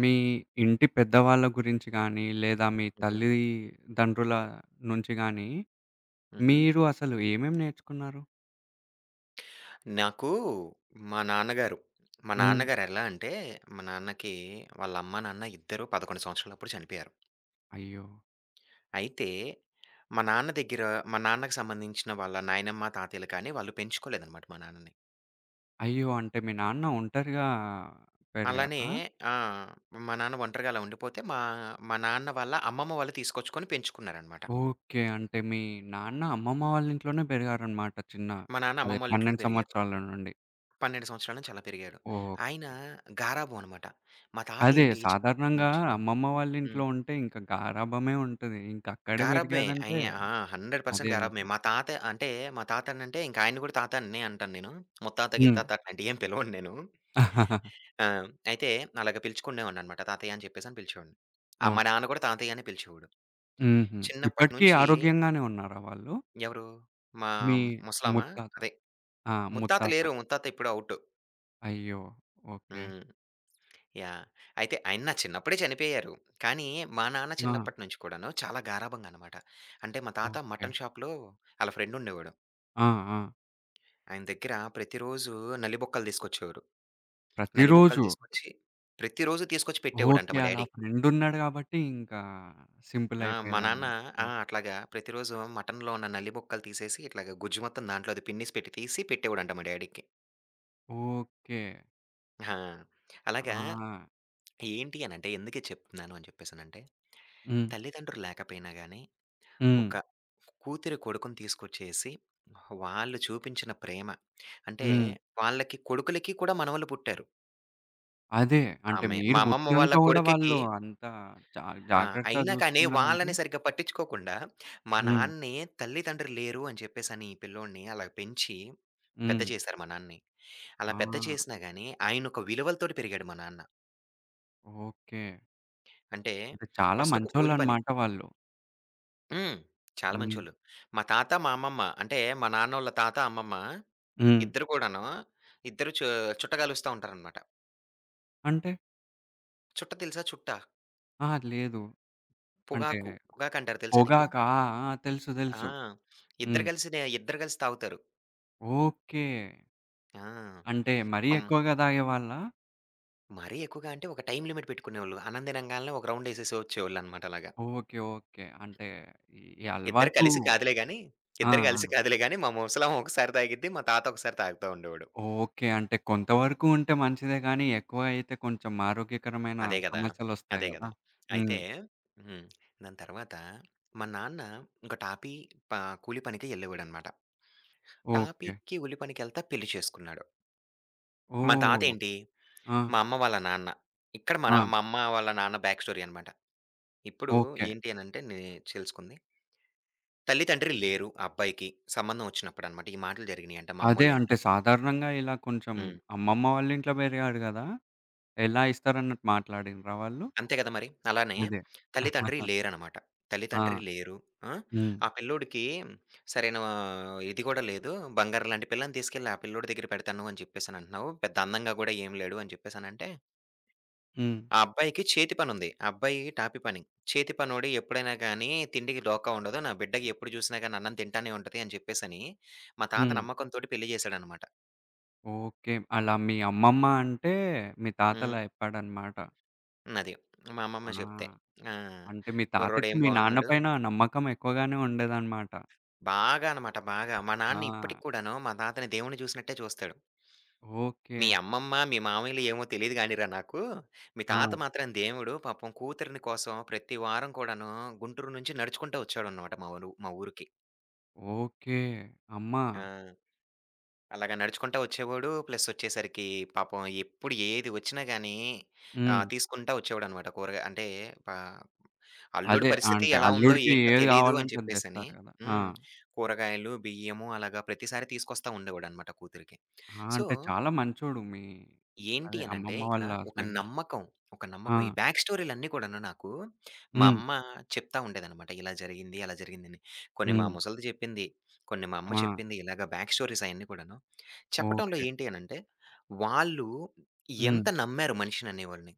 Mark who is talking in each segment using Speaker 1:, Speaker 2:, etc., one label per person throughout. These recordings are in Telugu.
Speaker 1: మీ ఇంటి పెద్దవాళ్ళ గురించి గానీ, లేదా మీ
Speaker 2: హుహు.
Speaker 1: తల్లిదండ్రుల నుంచి గానీ,
Speaker 2: హుహు.
Speaker 1: మీరు అసలు ఏమేమి నేర్చుకున్నారు?
Speaker 2: నాకు మా నాన్నగారు, మా
Speaker 1: హ్మ్.
Speaker 2: నాన్నగారు ఎలా అంటే, మా నాన్నకి వాళ్ళ అమ్మ, నాన్న ఇద్దరూ 11 సంవత్సరాలప్పుడు చనిపోయారు.
Speaker 1: అయ్యో!
Speaker 2: అయితే మా నాన్న దగ్గర మా నాన్నకి సంబంధించిన వాళ్ళ నాయనమ్మ, తాతయ్యలు కానీ వాళ్ళు పెంచుకోలేదనమాట మా నాన్నని.
Speaker 1: అయ్యో! అంటే మీ నాన్న ఒంటరిగా
Speaker 2: అలానే
Speaker 1: పెరిగారా?
Speaker 2: ఆ! మా నాన్న ఒంటరిగా అలా ఉండిపోతే మా మా నాన్న వాళ్ళ అమ్మమ్మ వాళ్ళు తీసుకొచ్చుకొని పెంచుకున్నారనమాట.
Speaker 1: ఓకే. అంటే మీ నాన్న అమ్మమ్మ వాళ్ళ ఇంట్లోనే పెరిగారనమాట చిన్న
Speaker 2: మా నాన్న
Speaker 1: అదే
Speaker 2: అమ్మమ్మ వాళ్ళ ఇంట్లోనే
Speaker 1: 12
Speaker 2: పెరిగారు.
Speaker 1: సంవత్సరాల నుండి.
Speaker 2: 12 సంవత్సరాల నుంచి అలా పెరిగాడు.
Speaker 1: ఓహ్!
Speaker 2: ఆయన గారాబం అనమాట. మా తాత
Speaker 1: అదే
Speaker 2: ఏంటి చిన్నప్పటి
Speaker 1: సాధారణంగా
Speaker 2: నుంచి
Speaker 1: అమ్మమ్మ వాళ్ళ
Speaker 2: హ్మ్.
Speaker 1: ఇంట్లో ఉంటే ఇంక గారాబమే ఉంటది. ఇంకక్కడే
Speaker 2: గారాబమే.
Speaker 1: పెరిగాడంటే
Speaker 2: అయి ఆ! 100%
Speaker 1: అదే ఇంక.
Speaker 2: గారాబమే. మా తాత అంటే మా తాతనంటే ఇంక ఆయన్ని గూడా తాతనే అంటాను నేను. ముత్తాత,
Speaker 1: హ్మ్.
Speaker 2: గిత్తాత అట్లాంటియేం పిలవను నేను. ఆ! అయితే అలాగ పిలుచుకునేవాడిననమాట. తాతయ్య అని చెప్పేసని పిలిచేవాడిని. ఆ! మా
Speaker 1: ఓకే.
Speaker 2: నాన్న గూడా తాతయ్య అనే పిలిచేవాడు.
Speaker 1: హుహు.
Speaker 2: చిన్నప్పటి
Speaker 1: ఇప్పటికి
Speaker 2: నుంచి
Speaker 1: ఆరోగ్యంగానే ఉన్నారా వాళ్ళు?
Speaker 2: ఎవరు మా
Speaker 1: మీ
Speaker 2: ముసలామ
Speaker 1: ముత్తాత.
Speaker 2: అదే
Speaker 1: ఆ!
Speaker 2: ముత్తాత
Speaker 1: ముత్తాత.
Speaker 2: లేరు. ముత్తాత ఇప్పుడు ఔటు.
Speaker 1: అయ్యో! ఓకే.
Speaker 2: హ్మ్. యాహ్! అయితే ఆయన నా చిన్నప్పుడే చనిపోయారు. కానీ మా నాన్న
Speaker 1: ఆ!
Speaker 2: చిన్నప్పటి నుంచి కూడాను చాలా గారాబంగా అనమాట. అంటే మా తాత
Speaker 1: ఓకే.
Speaker 2: మటన్ షాప్‌లో ఆళ్ళ ఫ్రెండ్ ఉండేవాడు.
Speaker 1: ఆ! ఆ!
Speaker 2: ఆయన దగ్గర ప్రతిరోజు నల్లిబొక్కలు తీసుకొచ్చేవారు. నల్లిబొక్కలు
Speaker 1: ప్రతిరోజు.
Speaker 2: తీసుకొచ్చి ప్రతిరోజు తీసుకొచ్చి పెట్టేవాడంట
Speaker 1: ఓకే.
Speaker 2: మా
Speaker 1: అలా
Speaker 2: డ్యాడీకి.
Speaker 1: ఫ్రెండ్ ఉన్నాడు గాబట్టి ఇంకా సింపుల్
Speaker 2: ఆ! మా నాన్న
Speaker 1: అయిపోయేదన్నమాట.
Speaker 2: ఆ!
Speaker 1: ఓహ్!
Speaker 2: అట్లాగా ప్రతిరోజు మటన్‌లో ఉన్న నల్లిబొక్కలు తీసేసి ఇట్లాగా గుజ్జు మొత్తం దాంట్లో అది పిన్నేసి పెట్టి తీసి పెట్టేవాడంట మా డ్యాడీకి.
Speaker 1: ఓకే.
Speaker 2: ఆ! అలాగా
Speaker 1: ఆ!
Speaker 2: ఏంటి అనంటే ఎందుకు ఇది చెప్తున్నాను అని చెప్పేసనంటే,
Speaker 1: హ్మ్.
Speaker 2: తల్లిదండ్రులు లేకపోయినా గానీ
Speaker 1: హ్మ్.
Speaker 2: ఒక కూతురి, కొడుకుని తీసుకొచ్చేసి వాళ్ళు చూపించిన ప్రేమ అంటే
Speaker 1: హ్మ్.
Speaker 2: వాళ్ళకి కొడుకులకి కూడా మనవళ్ళు పుట్టారు.
Speaker 1: అదే. అంటే
Speaker 2: ఆమె
Speaker 1: మీరు
Speaker 2: మా అమ్మమ్మ
Speaker 1: పుట్టినంక
Speaker 2: వాళ్ళ
Speaker 1: గూడా
Speaker 2: కొడుకుకి
Speaker 1: వాళ్ళు అంత జా
Speaker 2: ఆ!
Speaker 1: జాగ్రత్తగా
Speaker 2: అయినా కానీ
Speaker 1: జూసుకున్నారంటే
Speaker 2: వాళ్ళని సరిగ్గా పట్టించుకోకుండా, మా
Speaker 1: హ్మ్.
Speaker 2: నాన్నే తల్లితండ్రులు లేరు అని చెప్పేసని ఈ పిల్లోడిని అలా పెంచి, పెద్ద
Speaker 1: హ్మ్.
Speaker 2: చేశారు మా నాన్నని. అలా
Speaker 1: ఆ!
Speaker 2: పెద్ద చేసినా గాని, ఆయనొక విలువలతోటి పెరిగాడు మా నాన్న.
Speaker 1: ఓకే.
Speaker 2: అంటే
Speaker 1: అంటే చాలా
Speaker 2: ఫస్ట్ ఒక కూలి పని
Speaker 1: మంచోళ్ళన్నమాట వాళ్ళు.
Speaker 2: హ్మ్. చాలా
Speaker 1: హ్మ్.
Speaker 2: మంచోళ్ళు. మా తాత, మా అమ్మమ్మ అంటే మా నాన్నోళ్ళ తాత, అమ్మమ్మ
Speaker 1: హ్మ్.
Speaker 2: ఇద్దరు కూడాను, ఇద్దరు చు చుట్ట కాలుస్తా ఉంటారనమాట.
Speaker 1: అంటే?
Speaker 2: చుట్ట తెలుసా? చుట్ట.
Speaker 1: అహా! లేదు. అంటే
Speaker 2: పొగాకు. పొగాకంటారు తెలుసా నీకు?
Speaker 1: పొగాకా? ఆ! ఆ! తెలుసు.
Speaker 2: ఆ!
Speaker 1: తెలుసు. హ్మ్.
Speaker 2: ఇద్దరు కలిసి తాగుతారు.
Speaker 1: ఓకే.
Speaker 2: ఆ!
Speaker 1: అంటే మరీ
Speaker 2: అం
Speaker 1: ఎక్కువగా తాగేవాళ్ళా?
Speaker 2: మరీ ఎక్కువగా అంటే ఒక టైమ్ లిమిట్ పెట్టుకునేవాళ్ళు. అన్నం తినంగాల్నే ఒక రౌండ్ ఎసేసి వచ్చేవాళ్ళనమాట అలాగా.
Speaker 1: ఓకే. ఓకే. అంటే ఈ ఈ
Speaker 2: ఇద్దరు
Speaker 1: అలవాటు
Speaker 2: కలిసి కాదులే గానీ,
Speaker 1: ఆ!
Speaker 2: ఇద్దరు
Speaker 1: ఆ!
Speaker 2: కలిసి కాదులే గానీ, మా ముసలామె ఒకసారి తాగిద్ది. మా తాత ఒకసారి తాగుతా ఉండేవాడు.
Speaker 1: ఓకే. అంటే కొంతవరకు ఉంటే మంచిదే గానీ, ఎక్కువ అయితే కొంచెం ఆరోగ్యకరమైన
Speaker 2: అదే గదా!
Speaker 1: సమస్యలొస్తాయి
Speaker 2: అదే
Speaker 1: గదా!
Speaker 2: గదా! అయితే
Speaker 1: హ్మ్.
Speaker 2: హ్మ్. దాని తర్వాత మా నాన్న ఇంక టాపీ ప కూలి పనికి ఎళ్ళేవాడనమాట.
Speaker 1: ఓకే.
Speaker 2: టాపీకి, కూలి పనికెళ్తా పెళ్లి చేసుకున్నాడు. మా
Speaker 1: ఓహ్!
Speaker 2: తాతేంటి,
Speaker 1: ఆ!
Speaker 2: మా అమ్మ వాళ్ళ నాన్న. ఇక్కడ మన
Speaker 1: ఆ!
Speaker 2: మా అమ్మ వాళ్ళ నాన్న బ్యాక్ స్టోరీ అనమాట. ఇప్పుడు
Speaker 1: ఓకే.
Speaker 2: ఏంటి అనంటే నే తెలుసుకుంది. తల్లి, తండ్రి లేరు ఆ అబ్బాయికి. సంబంధం వచ్చినప్పుడనమాట. ఈ మాటలు జరిగినియంట మా
Speaker 1: అదే అంటే
Speaker 2: అమ్మోళ్ళింట్లో.
Speaker 1: సాధారణంగా ఇలా కొంచెం
Speaker 2: హ్మ్.
Speaker 1: అమ్మమ్మ వాళ్ళ ఇంట్లో పెరిగాడు గదా! ఎలా ఇస్తారన్నట్టు మాట్లాడిండ్రా వాళ్ళు?
Speaker 2: అంతే కదా మరి. అలానే
Speaker 1: అదే.
Speaker 2: తల్లి, తండ్రి లేరనమాట. తల్లి, తండ్రి
Speaker 1: ఆ!
Speaker 2: లేరు. ఆ!
Speaker 1: హ్మ్.
Speaker 2: ఆ పిల్లోడికి సరైన ఆ, ఇది గూడా లేదు. బంగారం లాంటి పిల్లని తీసుకెళ్ళి ఆ పిల్లోడి దగ్గర పెడతాను అని చెప్పేసనంటున్నావు. పెద్ద అందంగా గూడా ఏం లేడు అని చెప్పేసనంటే,
Speaker 1: హ్మ్.
Speaker 2: ఆ అబ్బాయికి చేతి పనుంది. ఆ అబ్బాయి టాపీ పని. చేతి పనోడు ఎప్పుడైనా గానీ తిండికి డోకా ఉండదు. నా బిడ్డకి ఎప్పుడు జూసినా గానీ అన్నం తింటానే ఉంటది అని చెప్పేసని, మా తాత
Speaker 1: హ్మ్.
Speaker 2: నమ్మకంతోటి పెళ్లి జేశాడనమాట.
Speaker 1: ఓకే. అలా మీ అమ్మమ్మ అంటే మీ
Speaker 2: హ్మ్.
Speaker 1: తాతలా చెప్పాడన్నమాట.
Speaker 2: అది. మా
Speaker 1: ఆ!
Speaker 2: అమ్మమ్మ చెప్తే. ఆ!
Speaker 1: అంటే మీ తాతకి
Speaker 2: కుర్రోడేం
Speaker 1: మీ నాన్న
Speaker 2: బాగున్నాడు.
Speaker 1: పైన నమ్మకం ఎక్కువగానే ఉండేదన్నమాట.
Speaker 2: బాగా అనమాట బాగా. మా
Speaker 1: ఆ!
Speaker 2: నాన్న ఇప్పటికి కూడాను మా తాతని దేవుడిని చూసినట్టే చూస్తాడు.
Speaker 1: ఓకే.
Speaker 2: "మీ అమ్మమ్మ, మీ మామయ్యలు ఏమో తెలీదు గానిరా నాకు. మీ
Speaker 1: ఆ!
Speaker 2: తాత మాత్రం దేవుడు. పాపం కూతురిని కోసం ప్రతి వారం కూడాను గుంటూరు నుంచి నడుచుకుంటా వచ్చాడనమాట మా ఊరికి."
Speaker 1: ఓకే. అమ్మా!
Speaker 2: ఆ! అలాగా నడుచుకుంటా వచ్చేవాడు. ప్లస్ వచ్చేసరికి పాపం ఎప్పుడు ఏది వచ్చినా గానీ ఆహ్,
Speaker 1: హ్మ్.
Speaker 2: తీసుకుంటా వచ్చేవాడనమాట కూరగా అంటే పా అల్లుడి
Speaker 1: అదే
Speaker 2: పరిస్థితి
Speaker 1: అంటే
Speaker 2: ఎలా ఉందో
Speaker 1: అల్లుడికి
Speaker 2: ఏంటో
Speaker 1: ఏది
Speaker 2: తెలీదు అని
Speaker 1: కావాలంటే అది
Speaker 2: చెప్పేసని.
Speaker 1: తెస్తారు కదా! ఆ!
Speaker 2: హ్మ్. కూరగాయలు, బియ్యము అలాగా ప్రతిసారి తీసుకొస్తా ఉండేవాడనమాట కూతురికి.
Speaker 1: ఆ!
Speaker 2: సో,
Speaker 1: అంటే చాలా మంచోడు మీ
Speaker 2: ఏంటి
Speaker 1: అదే
Speaker 2: అనంటే
Speaker 1: అమ్మమ్మ
Speaker 2: ఇక్కడ
Speaker 1: వాళ్ళ
Speaker 2: ఒక
Speaker 1: హస్బెండ్.
Speaker 2: నమ్మకం, ఒక నమ్మకం ఈ
Speaker 1: ఆ!
Speaker 2: బ్యాక్ స్టోరీలన్నీ కూడాను నాకు మా
Speaker 1: హ్మ్.
Speaker 2: అమ్మ చెప్తా ఉండేదనమాట. ఇలా జరిగింది, అలా జరిగిందని. కొన్ని మా
Speaker 1: హ్మ్.
Speaker 2: ముసలిది చెప్పింది, కొన్ని మా అమ్మ
Speaker 1: ఆ!
Speaker 2: చెప్పింది ఇలాగ బ్యాక్ స్టోరీస్ అయన్నీ కూడాను. చెప్పటంలో
Speaker 1: ఓకే.
Speaker 2: ఏంటి అనంటే, వాళ్ళు
Speaker 1: హ్మ్.
Speaker 2: ఎంత నమ్మారు మనిషిననేవాళ్ళని.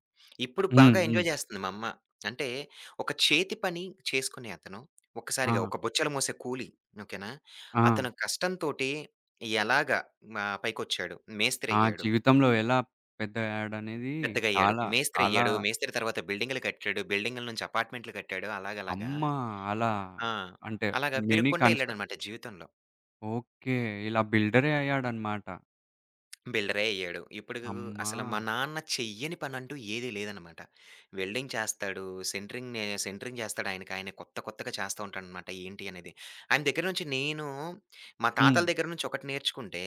Speaker 2: ఇప్పుడు
Speaker 1: హ్మ్.
Speaker 2: బాగా
Speaker 1: హ్మ్.
Speaker 2: ఎంజాయ్ జేస్తుంది మా అమ్మ. అంటే, ఒక చేతి పని చేసుకునే అతను,
Speaker 1: ఆ!
Speaker 2: ఒక్కసారిగా ఒక బొచ్చెలు మోసే కూలి ఓకేనా?
Speaker 1: ఆ!
Speaker 2: అతను కష్టంతోటి ఎలాగా ఆహ్, పైకొచ్చాడు,
Speaker 1: ఆ
Speaker 2: మేస్త్రయ్యాడు,
Speaker 1: జీవితంలో ఎలా పెద్దయ్యాడనేది
Speaker 2: పెద్దగయ్యాడు,
Speaker 1: చాలా,
Speaker 2: మేస్త్రయ్యాడు, మేస్త్రి
Speaker 1: చాలా
Speaker 2: అయ్యాడు, మేస్త్రి తర్వాత బిల్డింగులు కట్టాడు, బిల్డింగుల నుంచి అపార్ట్‌మెంట్లు కట్టాడు అలాగలాగా
Speaker 1: అమ్మ! అలా
Speaker 2: ఆ!
Speaker 1: అంటే
Speaker 2: అలాగా
Speaker 1: మినీ
Speaker 2: పెరుక్కుంటా
Speaker 1: కన్‌స్ట్రక్
Speaker 2: ఎళ్ళాడనమాట జీవితంలో.
Speaker 1: ఓకే. ఇలా బిల్డరే అయ్యాడన్నమాట.
Speaker 2: బిల్డరే అయ్యాడు. ఇప్పుడు
Speaker 1: అమ్మా!
Speaker 2: అసలు మా నాన్న చెయ్యని పనంటూ ఏదీ లేదనమాట. వెల్డింగ్ చేస్తాడు. సెంటరింగ్ చేస్తాడు. ఆయనకి ఆయన కొత్త కొత్తగా చేస్తా ఉంటాడనమాట ఏంటి అనేది. ఆయన దగ్గర నుంచి నేను మా
Speaker 1: హ్మ్.
Speaker 2: తాతల దగ్గర నుంచి ఒకటి నేర్చుకుంటే,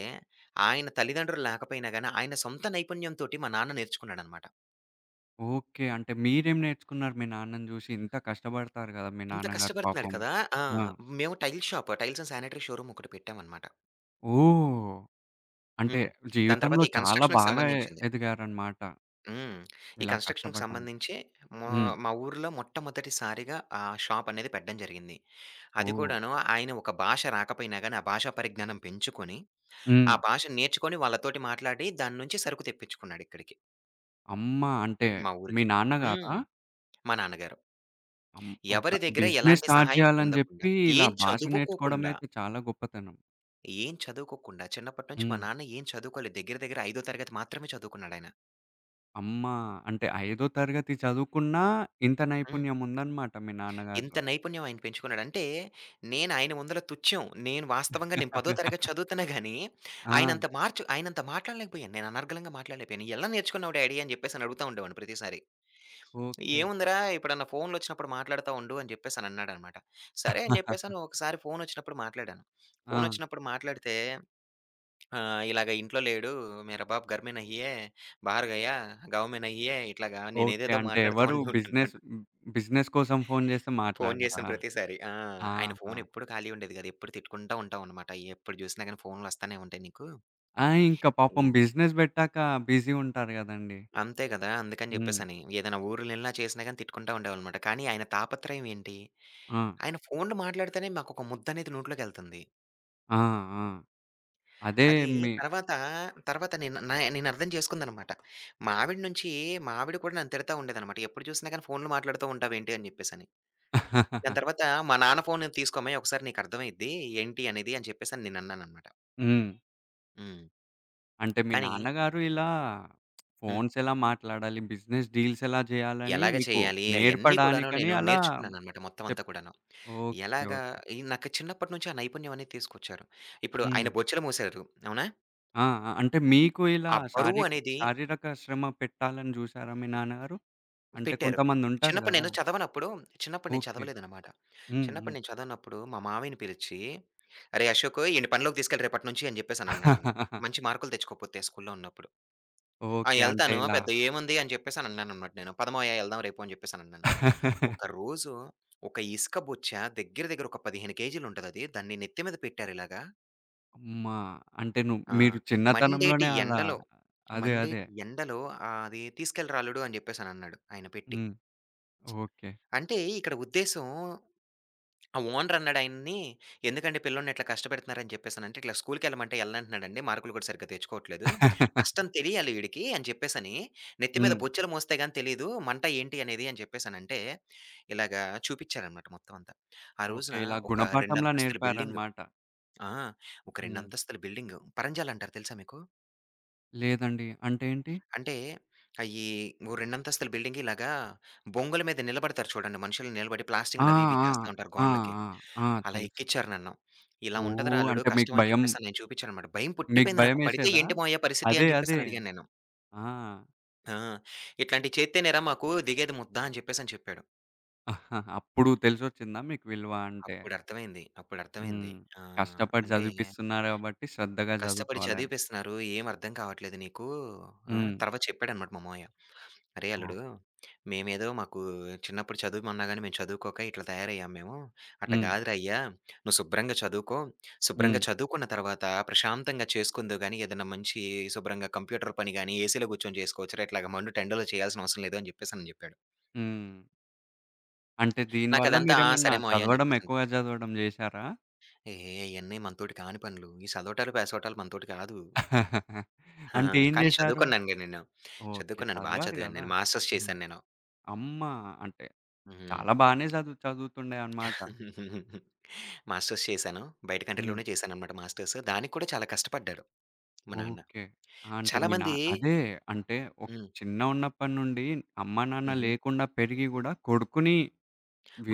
Speaker 2: ఆయన తల్లిదండ్రులు లేకపోయినా గానీ, ఆయన సొంత నైపుణ్యంతోటి మా నాన్న నేర్చుకున్నాడనమాట.
Speaker 1: ఓకే. అంటే మీరేం నేర్చుకున్నారు మీ నాన్నని చూసి? ఇంత కష్టపడతారు కదా! మీ
Speaker 2: ఇంత
Speaker 1: నాన్నగారు
Speaker 2: కష్టపడుతున్నాడు
Speaker 1: పాపం.
Speaker 2: కదా! ఆ!
Speaker 1: ఆ!
Speaker 2: మేము tile shop, tiles and sanitary showroom ఒకటి పెట్టామనమాట.
Speaker 1: ఓహ్! అంటే
Speaker 2: హ్మ్. దాని తర్వాత
Speaker 1: జీవితంలో
Speaker 2: ఈ
Speaker 1: చాలా
Speaker 2: కన్‌స్ట్రక్షన్‌కి
Speaker 1: బాగా ఎ
Speaker 2: సంబంధించింది.
Speaker 1: ఎదిగారన్నమాట.
Speaker 2: హ్మ్. ఈ
Speaker 1: ఇలా
Speaker 2: కన్‌స్ట్రక్షన్‌కి
Speaker 1: కష్టపడటానికి.
Speaker 2: సంబంధించి మా
Speaker 1: హ్మ్.
Speaker 2: మా ఊర్లో మొట్టమొదటిసారిగా ఆ షాపనేది పెట్టడం జరిగింది. అది
Speaker 1: ఓహ్!
Speaker 2: కూడాను ఆయన ఒక భాష రాకపోయినా గాని, ఆ భాషా పరిజ్ఞానం పెంచుకొని,
Speaker 1: హ్మ్.
Speaker 2: ఆ భాష నేర్చుకొని వాళ్ళతోటి మాట్లాడి దాని నుంచి సరుకు తెప్పించుకున్నాడిక్కడికి,
Speaker 1: అమ్మ! అంటే
Speaker 2: మా
Speaker 1: మీ
Speaker 2: ఊరికి.
Speaker 1: నాన్నగారా?
Speaker 2: హ్మ్. మా నాన్నగారు.
Speaker 1: అమ్
Speaker 2: ఎవరి
Speaker 1: ఒక
Speaker 2: దగ్గర
Speaker 1: బిజినెస్
Speaker 2: ఎలాంటి
Speaker 1: స్టార్ట్
Speaker 2: సహాయం
Speaker 1: జేయాలని
Speaker 2: పొందకుండా,
Speaker 1: జెప్పి, ఇలా
Speaker 2: ఏం
Speaker 1: భాష
Speaker 2: చదువుకోకుండా,
Speaker 1: నేర్చుకోవడమయితే చాలా గొప్పతనం.
Speaker 2: ఏం చదువుకోకుండా చిన్నప్పటి నుంచి మా
Speaker 1: హ్మ్.
Speaker 2: నాన్న ఏం చదువుకోలేదు. దగ్గర దగ్గర ఐదో తరగతి మాత్రమే చదువుకున్నాడాయన.
Speaker 1: అమ్మ అంటే, ఐదో తరగతి చదువుకున్నా ఇంత నైపుణ్యం ఉందన్నమాట మీ
Speaker 2: ఇంత
Speaker 1: నాన్నగారిలో.
Speaker 2: నైపుణ్యం ఆయన పెంచుకున్నాడు. అంటే నేను ఆయన ముందల తుచ్చం. నేను వాస్తవంగా 10 తరగతి చదువుతున్నా గాని,
Speaker 1: ఆ!
Speaker 2: ఆయనంత మాట్లాడలేకపోయాను. నేను అనర్గళంగా మాట్లాడలేకపోయాను. "ఎలా నేర్చుకున్నావు డాడీ" అని చెప్పేసని అడుగుతా ఉండేవాడిని ప్రతిసారి.
Speaker 1: ఓకే.
Speaker 2: "ఏముందిరా ఎప్పుడన్నా ఫోన్‌లొచ్చినప్పుడు మాట్లాడుతా ఉండు" అని చెప్పేసని అన్నాడనమాట. సరే అని చెప్పేసని ఒకసారి ఫోనొచ్చినప్పుడు మాట్లాడాను.
Speaker 1: ఆ!
Speaker 2: ఫోనొచ్చినప్పుడు మాట్లాడితే ఆహ్, "ఇలాగ ఇంట్లో లేడు. మేరా బాబు घर में नहीं है. बाहर गया. गाँव में नहीं है." ఇట్లాగా
Speaker 1: ఓకే.
Speaker 2: నేనేదేదో
Speaker 1: అంటే
Speaker 2: మాట్లాడుతా
Speaker 1: ఎవరు బిజినెస్
Speaker 2: ఉండేవాడిననమాట.
Speaker 1: హ్మ్, బిజినెస్ కోసం ఫోను జేస్తే
Speaker 2: ఫోను జేసిన
Speaker 1: మాట్లాడరా?
Speaker 2: ప్రతిసారి. ఆ! ఆయన
Speaker 1: ఆహా!
Speaker 2: ఫోనెప్పుడు ఖాళీ ఉండేది గాదు. ఎప్పుడు తిట్టుకుంటా ఉంటామనమాట. ఎప్పుడు జూసినా గాని ఫోనులొస్తానే ఉంటాయి నీకు.
Speaker 1: ఆ! ఇంకా పాపం
Speaker 2: ఎ
Speaker 1: బిజినెస్ బెట్టాక బిజీ ఉంటారు గదండీ!
Speaker 2: అంతే గదా! అందుకని
Speaker 1: హ్మ్.
Speaker 2: జెప్పేసని. ఏదైనా ఊర్లెళ్ళినా చేసినా గాని తిట్టుకుంటా ఉండేవాళ్ళనమాట. కానీ ఆయన తాపత్రయం ఏంటి?
Speaker 1: ఆ!
Speaker 2: ఆయన ఫోన్‌లో మాట్లాడితేనే మాకొక ముద్దనేది నోట్లోకెళ్తుంది.
Speaker 1: ఆ! ఆ! అదే
Speaker 2: అది
Speaker 1: మీ
Speaker 2: తర్వాత, తర్వాత నేను నా నేనర్థం చేసుకుందనమాట. మా ఆవిడ నుంచి మా ఆవిడ కూడా నన్ను తిడతా ఉండేదనమాట. ఎప్పుడు జూసినా గాని ఫోన్‌లో మాట్లాడుతూ ఉంటావేంటి అని జెప్పేసని. దాని తర్వాత మా నాన్న ఫోను తీసుకోమ్మాయి ఒకసారి నీకర్థమైద్ది ఏంటి అనేది అని చెప్పేసని నేనన్నాననమాట.
Speaker 1: హ్మ్.
Speaker 2: హ్మ్.
Speaker 1: అంటే మీ
Speaker 2: కానీ
Speaker 1: నాన్నగారు ఇలా
Speaker 2: హ్మ్.
Speaker 1: ఫోన్స్ ఎలా మాట్లాడాలి, బిజినెస్ డీల్స్ ఎలా చేయాలని
Speaker 2: ఎలాగ
Speaker 1: మీకు
Speaker 2: చేయాలి అయన్నీ కూడాను
Speaker 1: నేర్పడానికని
Speaker 2: నేను
Speaker 1: అలా
Speaker 2: నేర్చుకున్నాననమాట మొత్తం అంతా
Speaker 1: చెప్
Speaker 2: కూడాను.
Speaker 1: ఓకే.
Speaker 2: ఎలాగా
Speaker 1: ఓకే.
Speaker 2: ఈ నాకు చిన్నప్పటి నుంచి ఆ నైపుణ్యం అనేది తీసుకొచ్చారు. ఇప్పుడు
Speaker 1: హ్మ్.
Speaker 2: ఆయన బొచ్చెలు మూసారు. అవునా?
Speaker 1: ఆ! ఆ! అంటే మీకు ఇలా
Speaker 2: ఆ బరువు
Speaker 1: శారీక
Speaker 2: అనేది
Speaker 1: శారీరక శ్రమ పెట్టాలని జూసారా మీ నాన్నగారు? అంటే
Speaker 2: పెట్టారు.
Speaker 1: కొంతమందుంటారు
Speaker 2: చిన్నప్పుడు
Speaker 1: గదా!
Speaker 2: నేను చదవనప్పుడు చిన్నప్పుడు నేను
Speaker 1: ఓకే.
Speaker 2: చదవలేదనమాట.
Speaker 1: హ్మ్.
Speaker 2: చిన్నప్పుడు
Speaker 1: హ్మ్.
Speaker 2: నేను చదవనప్పుడు మా మామయ్యని పిలిచి, "అరేయ్! అశోకు ఈడిని పనిలోకి తీసుకెళ్ళు రేపటి నుంచి" అని చెప్పేసనన్నాడనమాట. మంచి మార్కులు తెచ్చుకోకపోతే స్కూల్లో ఉన్నప్పుడు. ఆ!
Speaker 1: ఓకే. అంటే
Speaker 2: ఎళ్తాను.
Speaker 1: ఇలా
Speaker 2: పెద్ద ఏముంది అని చెప్పేసనన్నాననమాట నేను. పదమావయ్య ఎళ్దాం రేపు అని చెప్పేసనన్నాను. ఒకరోజు ఒక ఇసుక బొచ్చ దగ్గర దగ్గర ఒక 15 కేజీలుంటదది. దాన్ని నెత్తి మీద పెట్టారు ఇలాగా.
Speaker 1: అమ్మా! అంటే నువ్వు
Speaker 2: ఆ!
Speaker 1: మీరు
Speaker 2: మండేటి
Speaker 1: చిన్నతనంలోనే అలా
Speaker 2: ఎండలో,
Speaker 1: అదే. అదే.
Speaker 2: మండేటి ఎండలో ఆహ్, అది తీసుకెళ్ళరా అల్లుడు అని చెప్పేసనన్నాడు ఆయన పెట్టి.
Speaker 1: హ్మ్. ఓకే.
Speaker 2: అంటే ఇక్కడ ఉద్దేశ్యం ఆ ఓనర్ అన్నాడాయన్ని, "ఎందుకండి పిల్లోడిని ఇట్లా కష్టపెడుతున్నారని" జెప్పేసనంటే, "ఇట్లా స్కూలుకెళ్ళమంటే యెళ్ళనంటున్నాడండి. మార్కులు కూడా సరిగ్గా తెచ్చుకోవట్లేదు. కష్టం తెలియాలి ఈడికి" అని జెప్పేసని, "నెత్తి మీద
Speaker 1: హ్మ్.
Speaker 2: బొచ్చెలు మోస్తే గాని తెలీదు మంట ఏంటి అనేది" అని జెప్పేసనంటే, ఇలాగా చూపిచ్చారనమాట మొత్తం అంతా. ఆ
Speaker 1: ఓకే.
Speaker 2: రోజున
Speaker 1: ఇలా
Speaker 2: ఒక 2
Speaker 1: గుణపాఠంలా
Speaker 2: అంతస్తుల బిల్డింగు
Speaker 1: నేర్పారనమాట.
Speaker 2: ఆ! ఒక 2
Speaker 1: హ్మ్.
Speaker 2: అంతస్తుల బిల్డింగు పరంజాలంటారు తెలుసా మీకు?
Speaker 1: లేదండి. అంటే ఏంటి?
Speaker 2: అంటే అయ్యి ఓ రెండంతస్తుల బిల్డింగ్ ఇలాగా బొంగుల మీద నిలబడతారు చూడండి. మనుషులు నిలబడి
Speaker 1: ఆ!
Speaker 2: ప్లాస్టింగ్‌లు అవి ఇవి
Speaker 1: ఆ!
Speaker 2: చేస్తా ఉంటారు
Speaker 1: ఆ!
Speaker 2: గోడలకి.
Speaker 1: ఆ! ఆ!
Speaker 2: అలా
Speaker 1: తెలుసు.
Speaker 2: ఎక్కిచ్చారు నన్ను. ఇలా ఉంటదిరా
Speaker 1: ఓహ్!
Speaker 2: అల్లుడు
Speaker 1: అంటే మీకు
Speaker 2: కష్టం అని
Speaker 1: భయం
Speaker 2: చెప్పేసని నేను చూపించాననమాట. భయం
Speaker 1: మీకు
Speaker 2: పుట్టిపోయింది నాకు. పడితే
Speaker 1: భయమేసేదా?
Speaker 2: ఏంటి మావయ్య పరిస్థితి
Speaker 1: అదే.
Speaker 2: అని
Speaker 1: అదే.
Speaker 2: చెప్పేసని అడిగాను నేను.
Speaker 1: ఆ!
Speaker 2: ఆ! ఇట్లాంటివి చేత్తేనేరా మాకు దిగేది ముద్ద అని చెప్పేసని చెప్పాడు.
Speaker 1: అప్పుడు తెలిసొచ్చిందా మీకు విలువ అంటే?
Speaker 2: అప్పుడు అర్థమైంది.
Speaker 1: హ్మ్.
Speaker 2: ఆ!
Speaker 1: కష్టపడి
Speaker 2: అంటే
Speaker 1: చదివిపిస్తున్నారు కాబట్టి శ్రద్ధగా
Speaker 2: కష్టపడి
Speaker 1: చదువుకోవాలని.
Speaker 2: చదివిపిస్తున్నారు. ఏం అర్థం కావట్లేదు నీకు. ఆ!
Speaker 1: హ్మ్.
Speaker 2: తర్వాత చెప్పాడనమాట మా మావయ్య. "అరేయ్!
Speaker 1: ఓహ్!
Speaker 2: అల్లుడు మేమేదో మాకు చిన్నప్పుడు చదువుమన్నా గాని మేము చదువుకోక ఇట్లా తయారయ్యాం మేము. అట్ట
Speaker 1: హ్మ్.
Speaker 2: కాదురా అయ్యా! నువ్వు శుభ్రంగా చదువుకో.
Speaker 1: హ్మ్.
Speaker 2: శుభ్రంగా చదువుకున్న తర్వాత ప్రశాంతంగా చేసుకుందువు గాని ఏదన్నా మంచి శుభ్రంగా కంప్యూటర్ పని గాని, ఏసీలో కూర్చొని చేసుకోవచ్చురా. ఇట్లాగ మండు టెండలో చేయాల్సిన అవసరం లేదు" అని చెప్పేసని చెప్పాడు.
Speaker 1: హ్మ్. అంటే దీనివల్ల
Speaker 2: నాకదంతా ఆ!
Speaker 1: మీరేమన్నా
Speaker 2: సరే మావయ్య అని
Speaker 1: చదవడం ఎక్కువగా
Speaker 2: చెప్పేసనిపించింది.
Speaker 1: చదవడం చేశారా?
Speaker 2: ఏ అయన్నీ మనతోటి కాని పనులు. ఈ చదవటాలు, పేసవటాలు మనతోటి కాదు. ఆహా!
Speaker 1: అంటే ఏం
Speaker 2: కానీ
Speaker 1: చేశారు?
Speaker 2: చదువుకున్నానుగా నేను.
Speaker 1: ఓకే.
Speaker 2: చదువుకున్నాను. బా
Speaker 1: చదివారు
Speaker 2: చదివాను
Speaker 1: గదా!
Speaker 2: నేను. మాస్టర్స్
Speaker 1: హ్మ్.
Speaker 2: చేశాను నేను.
Speaker 1: అమ్మ అంటే
Speaker 2: హ్మ్.
Speaker 1: చాలా బానే చదువుతుండే అన్నమాట.
Speaker 2: మాస్టర్స్ చేశాను. బయట
Speaker 1: హ్మ్.
Speaker 2: కంట్రీలోనే చేశాననమాట మాస్టర్స్. దానికి కూడా చాలా కష్టపడ్డాడు మా నాన్న.
Speaker 1: ఓకే. ఆ! అంటే మీ నా
Speaker 2: చాలామంది
Speaker 1: అదే అంటే ఒక్
Speaker 2: హ్మ్.
Speaker 1: చిన్నగున్నప్పటి నుండి అమ్మా, నాన్న
Speaker 2: హుహు.
Speaker 1: లేకుండా పెరిగి గూడా కొడుకుని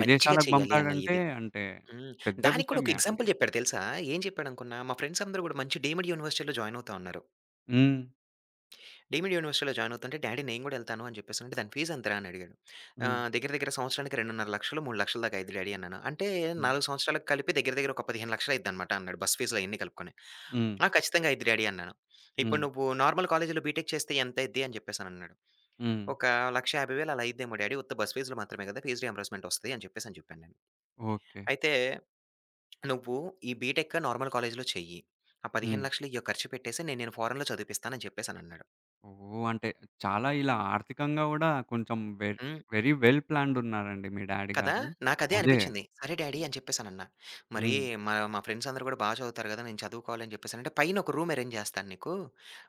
Speaker 2: మంచిగా చేయాలి అన్న
Speaker 1: పంపాడంటే
Speaker 2: ఇది.
Speaker 1: అంటే
Speaker 2: హ్మ్.
Speaker 1: పెద్ద
Speaker 2: దానికి కూడా ఒక
Speaker 1: విషయమే అండి.
Speaker 2: ఎగ్జాంపుల్ చెప్పాడు తెలుసా? ఏం చెప్పాడనుకున్నా? మా ఫ్రెండ్స్ అందరూ కూడా మంచి డీమ్డ్ యూనివర్సిటీలో జాయిన్ అవుతా ఉన్నారు.
Speaker 1: హ్మ్.
Speaker 2: డీమ్డ్ యూనివర్సిటీలో జాయిన్ అవుతుంటే, "డ్యాడీ నేను గూడా ఎళ్తాను" అని చెప్పేసనంటే, "దాని ఫీజ్ ఎంతరా?" అని అడిగాడు.
Speaker 1: హ్మ్.
Speaker 2: ఆహ్, దగ్గర దగ్గర సంవత్సరానికి 2,500,000, 3,00,000 దాకా అయిద్ది డ్యాడీ అన్నాను. అంటే
Speaker 1: హ్మ్.
Speaker 2: 4 సంవత్సరాలకు కలిపి దగ్గర దగ్గర ఒక 15,00,000 అయిద్దనమాట అన్నాడు. బస్ ఫీజులు అయన్నీ కలుపుకొని.
Speaker 1: హ్మ్.
Speaker 2: "ఆ! ఖచ్చితంగా అయిద్ది డ్యాడీ" అన్నాను. "ఇప్పుడు
Speaker 1: హ్మ్.
Speaker 2: నువ్వు నార్మల్ కాలేజీలో బీటెక్ చేస్తే ఎంతయిద్ది?" అని చెప్పేసనన్నాడు.
Speaker 1: హ్మ్.
Speaker 2: "ఒక 1,50,000 అలా అయిద్దేమో డ్యాడీ ఉత్త బస్ ఫీజులు మాత్రమే గదా! ఫీజు రియంబర్స్‌మెంట్ ఒస్తది" అని చెప్పేసని చెప్పాను నేను.
Speaker 1: ఓకే.
Speaker 2: "అయితే నువ్వు ఈ బీటెక్ నార్మల్ కాలేజీలో చెయ్యి. ఆ
Speaker 1: హ్మ్.
Speaker 2: 15,00,000 ఇయ్యో ఖర్చు పెట్టేసి నేను నిన్ను ఫారెన్‌లో చదివిపిస్తాను" అని చెప్పేసనన్నాడు.
Speaker 1: ఓహ్! అంటే చాలా ఇలా ఆర్థికంగా గూడా కొంచెం వె
Speaker 2: హ్మ్.
Speaker 1: వెరీ వెల్ ప్లాన్డ్ ఉన్నారండి మీ డ్యాడీ
Speaker 2: కదా!
Speaker 1: గారు.
Speaker 2: నాకదే
Speaker 1: అదే.
Speaker 2: అనిపిచ్చింది. సరే డాడీ అని చెప్పేసానన్నా. మరి
Speaker 1: హ్మ్.
Speaker 2: మా మా ఫ్రెండ్స్ అందరూ గూడా బా చదువుతారు గదా! నేను చదువుకోవాలని చెప్పేసనంటే, "పైన ఒక రూమ్ అరేంజ్ జేస్తాను నీకు.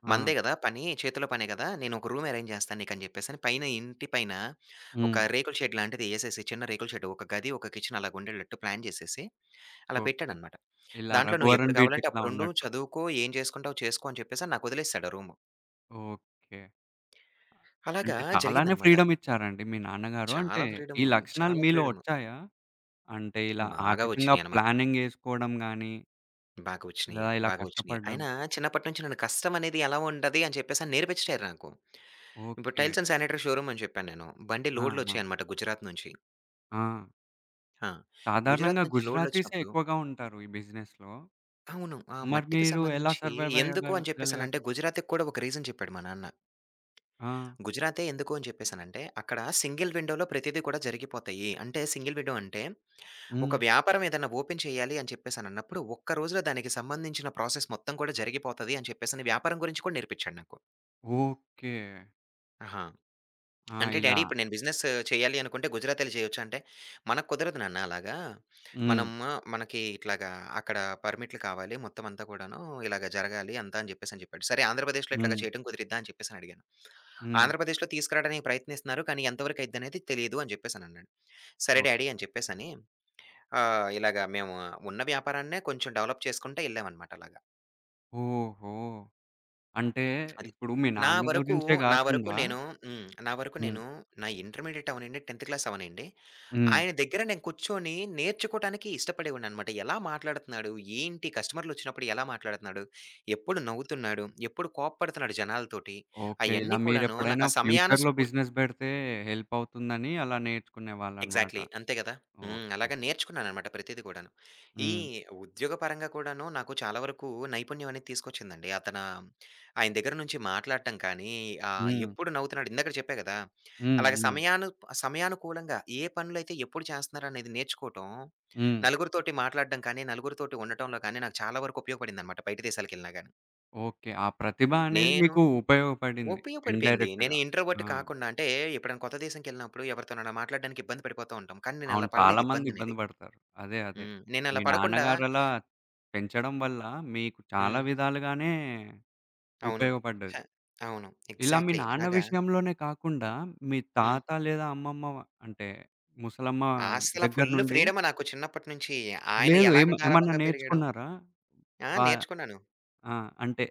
Speaker 1: ఆ!
Speaker 2: మనదే గదా పని, చేతిలో పనే గదా! నేను ఒక రూమ్ అరేంజ్ జేస్తాను నీకు" అని చెప్పేసని ఇంటి పైన
Speaker 1: హ్మ్.
Speaker 2: ఒక రేకుల షెడ్ లాంటిది ఎసేసి, చిన్న రేకుల షెడ్ ఒక గది, ఒక కిచెన్ అలాగుండేటట్టు ప్లాన్ జేసేసి అలా
Speaker 1: ఓకే.
Speaker 2: పెట్టాడనమాట.
Speaker 1: ఇలా
Speaker 2: దాంట్లో "నువ్వు
Speaker 1: 'రఘువరన్
Speaker 2: ఎప్పుడు కావాలంటే
Speaker 1: బీటెక్‌లా'
Speaker 2: అప్పుడుండు,
Speaker 1: ఉన్నట్టు.
Speaker 2: చదువుకో, ఏం జేసుకుంటావో చేసుకో" అని చెప్పేసని నాకొదిలేసాడు ఆ రూము.
Speaker 1: ఓకే.
Speaker 2: అలాగా
Speaker 1: అంటే చాలానే
Speaker 2: జరిగిందనమాట.
Speaker 1: ఫ్రీడమ్ ఇచ్చారండి మీ నాన్నగారు. అంటే
Speaker 2: చాలా
Speaker 1: ఈ
Speaker 2: ఫ్రీడము.
Speaker 1: లక్షణాలు
Speaker 2: చాలా
Speaker 1: మీలో
Speaker 2: ఫ్రీడము.
Speaker 1: వచ్చాయా? అంటే ఇలా
Speaker 2: బాగా
Speaker 1: ఆర్థికంగా
Speaker 2: వచ్చినియనమాట.
Speaker 1: ప్లానింగ్ ఏసుకోవడం గాని,
Speaker 2: బాగా వచ్చినియి.
Speaker 1: లేదా ఇలా
Speaker 2: బాగా వచ్చినియి.
Speaker 1: కష్టపడడం.
Speaker 2: అయినా చిన్నప్పటి నుంచి నన్ను కష్టం అనేది ఎలా ఉంటది అని చెప్పేసని నేర్పించారు నాకు. ఇప్పుడు
Speaker 1: okay.
Speaker 2: Tiles and sanitary showroom అని చెప్పాను నేను. బండి
Speaker 1: ఆ! ఆ!
Speaker 2: లోడ్‌లొచ్చాయన్నమాట గుజరాత్ నుంచి.
Speaker 1: ఆ!
Speaker 2: ఆ!
Speaker 1: సాధారణంగా
Speaker 2: గుజరాత్ నుంచి
Speaker 1: గుజరాతీసే
Speaker 2: లోడ్‌లొచ్చినప్పుడు
Speaker 1: ఎక్కువగా ఉంటారు ఈ బిజినెస్‌లో.
Speaker 2: అవును. ఆ
Speaker 1: మరి
Speaker 2: మట్టికి
Speaker 1: మీరు ఎలా
Speaker 2: సంబంధించి
Speaker 1: సర్వైవ్
Speaker 2: ఎందుకు
Speaker 1: అయ్యగల్
Speaker 2: అని
Speaker 1: గలిగారు?
Speaker 2: చెప్పేసనంటే గుజరాత్‌కి కూడా ఒక రీజన్ చెప్పాడు మా నాన్న.
Speaker 1: ఆ!
Speaker 2: గుజరాతే ఎందుకు అని చెప్పేసనంటే అక్కడ సింగిల్ విండోలో ప్రతీదీ కూడా జరిగిపోతాయి. అంటే సింగిల్ విండో అంటే
Speaker 1: హ్మ్.
Speaker 2: ఒక వ్యాపారం ఏదైనా ఓపెన్ చేయాలి అని చెప్పేసనన్నప్పుడు ఒక్క రోజులో దానికి సంబంధించిన ప్రాసెస్ మొత్తం కూడా జరిగిపోతది అని చెప్పేసని వ్యాపారం గురించి కూడా నేర్పించాడు నాకు.
Speaker 1: ఓకే.
Speaker 2: ఆహా!
Speaker 1: ఆ!
Speaker 2: అంటే
Speaker 1: ఇలా
Speaker 2: డ్యాడీ ఇప్పుడు నేను బిజినెస్ చేయాలి అనుకుంటే గుజరాతీలో చేయొచ్చా? అంటే, మనకు కుదరదు నాన్న అలాగా.
Speaker 1: హ్మ్.
Speaker 2: మనం మనకి ఇట్లాగా అక్కడ పర్మిట్లు కావాలి మొత్తం అంతా కూడాను. ఇలాగ జరగాలి అంతా అని చెప్పేసి అని చెప్పాడు. సరే ఆంధ్రప్రదేశ్‌లో ఇట్లాగా
Speaker 1: హ్మ్.
Speaker 2: చేయటం కుదిరిద్దా? అని చెప్పేసి అని అడిగాను.
Speaker 1: హ్మ్.
Speaker 2: ఆంధ్రప్రదేశ్‌లో తీసుకురావడానికి ప్రయత్నిస్తున్నారు. కానీ ఎంతవరకు అయిద్దనేది తెలీదు అని చెప్పేసి అని అన్నాడు. సరే
Speaker 1: ఓహ్!
Speaker 2: డ్యాడీ అని చెప్పేసని ఆహ్, ఇలాగ మేము ఉన్న వ్యాపారాన్నే కొంచెం డెవలప్ చేసుకుంటా ఎళ్ళామనమాట అలాగ.
Speaker 1: ఓహో! అంటే
Speaker 2: అది.
Speaker 1: ఇప్పుడు మీ
Speaker 2: నా
Speaker 1: నాన్న
Speaker 2: వరకు,
Speaker 1: గురించే
Speaker 2: నా వరకు
Speaker 1: గాకుండా
Speaker 2: నేను హ్మ్. నా వరకు
Speaker 1: హ్మ్.
Speaker 2: నేను నా ఇంటర్మీడియేట్ అవ్వనండి, 10థ్ క్లాస్ అవ్వనండి.
Speaker 1: హ్మ్.
Speaker 2: ఆయన దగ్గర నేను కూర్చొని నేర్చుకోవటానికి ఇష్టపడేవాడిననమాట. ఎలా మాట్లాడుతున్నాడు? ఏంటి? కస్టమర్‌లొచ్చినప్పుడు ఎలా మాట్లాడుతున్నాడు? ఎప్పుడు నవ్వుతున్నాడు? ఎప్పుడు కోప్పడుతున్నాడు జనాలతోటి?
Speaker 1: ఓకే. ఇలా
Speaker 2: అయన్నీ కూడాను
Speaker 1: మీరెప్పుడైనా
Speaker 2: నాకు ఆ
Speaker 1: ఫ్యూచర్‌లో
Speaker 2: సమయానుస్ఫూ
Speaker 1: బిజినెస్ బెడితే హెల్ప్ అవుతుందని అలా నేర్చుకునేవాళ్ళనమాట.
Speaker 2: ఎగ్జాక్ట్‌లీ. అంతే గదా! హ్మ్.
Speaker 1: ఓకే.
Speaker 2: అలాగా నేర్చుకున్నాననమాట ప్రతీది గూడాను. ఈ
Speaker 1: హ్మ్.
Speaker 2: ఉద్యోగపరంగా కూడాను నాకు చాలా వరకు నైపుణ్యం అనేది తీసుకొచ్చిందండి. అతన ఆయన దగ్గర నుంచి మాట్లాడటం కానీ, ఆహ్,
Speaker 1: హ్మ్.
Speaker 2: ఎప్పుడు నవ్వుతున్నాడు ఇందాక చెప్పా గదా!
Speaker 1: హ్మ్.
Speaker 2: అలాగే
Speaker 1: హ్మ్.
Speaker 2: సమయాను సమయానుకూలంగా ఏ పనులైతే ఎప్పుడు చేస్తున్నారనేది నేర్చుకోవటం,
Speaker 1: హ్మ్.
Speaker 2: నలుగురితోటి మాట్లాడడం కానీ, నలుగురితోటి ఉండటంలో కానీ నాకు చాలా వరకు ఉపయోగపడిందనమాట బయట దేశాలకెళ్ళినా గాని.
Speaker 1: ఓకే. ఆ ప్రతిభ అనేది
Speaker 2: నేను
Speaker 1: మీకు ఉపయోగపడింది
Speaker 2: ఉపయోగపడిపోయింది.
Speaker 1: ఇండైరెక్ట్‌గా.
Speaker 2: నేను ఇంట్రోవర్ట్
Speaker 1: ఆ!
Speaker 2: కాకుండా అంటే ఎప్పుడైనా కొత్త దేశంకెళ్ళినప్పుడు ఎవరితోనైనా మాట్లాడడానికి ఇబ్బంది పడిపోతూ ఉంటాం. కానీ నేను
Speaker 1: అవును.
Speaker 2: అలా
Speaker 1: చాలా
Speaker 2: పడలేదు
Speaker 1: మంది ఇబ్బంది
Speaker 2: ఇబ్బందనేది.
Speaker 1: పడతారు. అదే. అదే.
Speaker 2: హ్మ్.
Speaker 1: మీ
Speaker 2: నేనలా పడకుండా
Speaker 1: నాన్నగారలా పెంచడం వల్ల మీకు చాలా
Speaker 2: హ్మ్.
Speaker 1: విధాలుగానే
Speaker 2: అవును. హ
Speaker 1: ఉపయోగపడ్డది.
Speaker 2: అవును.
Speaker 1: ఇలా మీ
Speaker 2: ఎగ్జాక్ట్‌లీ.
Speaker 1: నాన్న
Speaker 2: అలాగా
Speaker 1: విషయంలోనే కాకుండా, మీ
Speaker 2: హ్మ్.
Speaker 1: తాత లేదా అమ్మమ్మ వ- అంటే ముసలమ్మ
Speaker 2: అస్సల
Speaker 1: దగ్గర
Speaker 2: ఫుల్లు
Speaker 1: నుండి
Speaker 2: ఫ్రీడమ్ నాకు చిన్నప్పటి నుంచి. ఆయన
Speaker 1: లేదు
Speaker 2: ఎలాగ
Speaker 1: ఏమన్నా
Speaker 2: గారాబంగా పెరిగాడో
Speaker 1: నేర్చుకున్నారా?
Speaker 2: ఆ!
Speaker 1: వా
Speaker 2: నేర్చుకున్నాను.
Speaker 1: ఆ! అంటే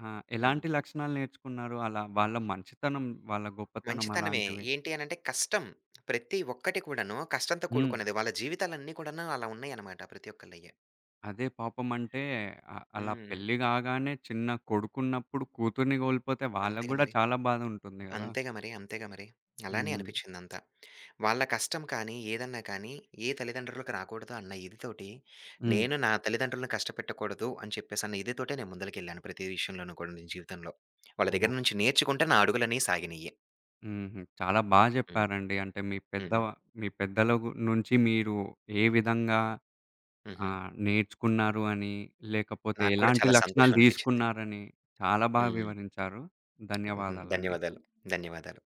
Speaker 1: ఆహ్,
Speaker 2: హ్మ్.
Speaker 1: ఎలాంటి లక్షణాలు నేర్చుకున్నారు? అలా వాళ్ళ మంచితనం, వాళ్ళ గొప్పతనం
Speaker 2: మంచితనమే.
Speaker 1: అలాంటివి?
Speaker 2: ఏంటి అనంటే కష్టం. ప్రతి ఒక్కటి కూడాను కష్టంతో
Speaker 1: హ్మ్.
Speaker 2: కూడుకున్నది. వాళ్ళ జీవితాలన్నీ కూడాను అలా ఉన్నాయన్నమాట ప్రతి ఒక్కళ్ళయ్యి.
Speaker 1: అదే పాపం అంటే అ అలా
Speaker 2: హ్మ్.
Speaker 1: పెళ్లి కాగానే చిన్న కొడుకున్నప్పుడు కూతుర్ని కోల్పోతే వాళ్ళకి
Speaker 2: అంతేగా
Speaker 1: గూడా
Speaker 2: మరి.
Speaker 1: చాలా బాధ ఉంటుంది గదా!
Speaker 2: అంతేగా మరి. అలానే
Speaker 1: హ్మ్.
Speaker 2: అనిపిచ్చిందంతా. వాళ్ళ కష్టం కానీ, ఏదన్నా కానీ, ఏ తల్లిదండ్రులకు రాకూడదు అన్న ఇదితోటి,
Speaker 1: హ్మ్.
Speaker 2: నేను నా తల్లిదండ్రులను కష్టపెట్టకూడదు అని చెప్పేసన్న ఇదితోటే నేను ముందలకెళ్ళాను ప్రతి విషయంలోనూ కూడా నేను జీవితంలో. వాళ్ళ
Speaker 1: ఓహ్!
Speaker 2: దగ్గర నుంచి నేర్చుకుంటే నా అడుగులనేయి సాగినియి.
Speaker 1: హుహు. చాలా బా
Speaker 2: హ్మ్.
Speaker 1: జెప్పారండి. అంటే మీ పెద్ద
Speaker 2: హ్మ్.
Speaker 1: మీ పెద్దల గు నుంచి మీరు ఏ విధంగా
Speaker 2: హుహు.
Speaker 1: ఆహ్, నేర్చుకున్నారు అని, లేకపోతే
Speaker 2: నాకు కూడా
Speaker 1: ఎలాంటి
Speaker 2: చాలా సంతోషం
Speaker 1: లక్షణాలు
Speaker 2: అనిపిచ్చింది.
Speaker 1: దీసుకున్నారని చాలా బాగా
Speaker 2: హ్మ్.
Speaker 1: వివరించారు.
Speaker 2: హుహు.
Speaker 1: ధన్యవాదాలండి.
Speaker 2: ధన్యవాదాలు. ధన్యవాదాలు.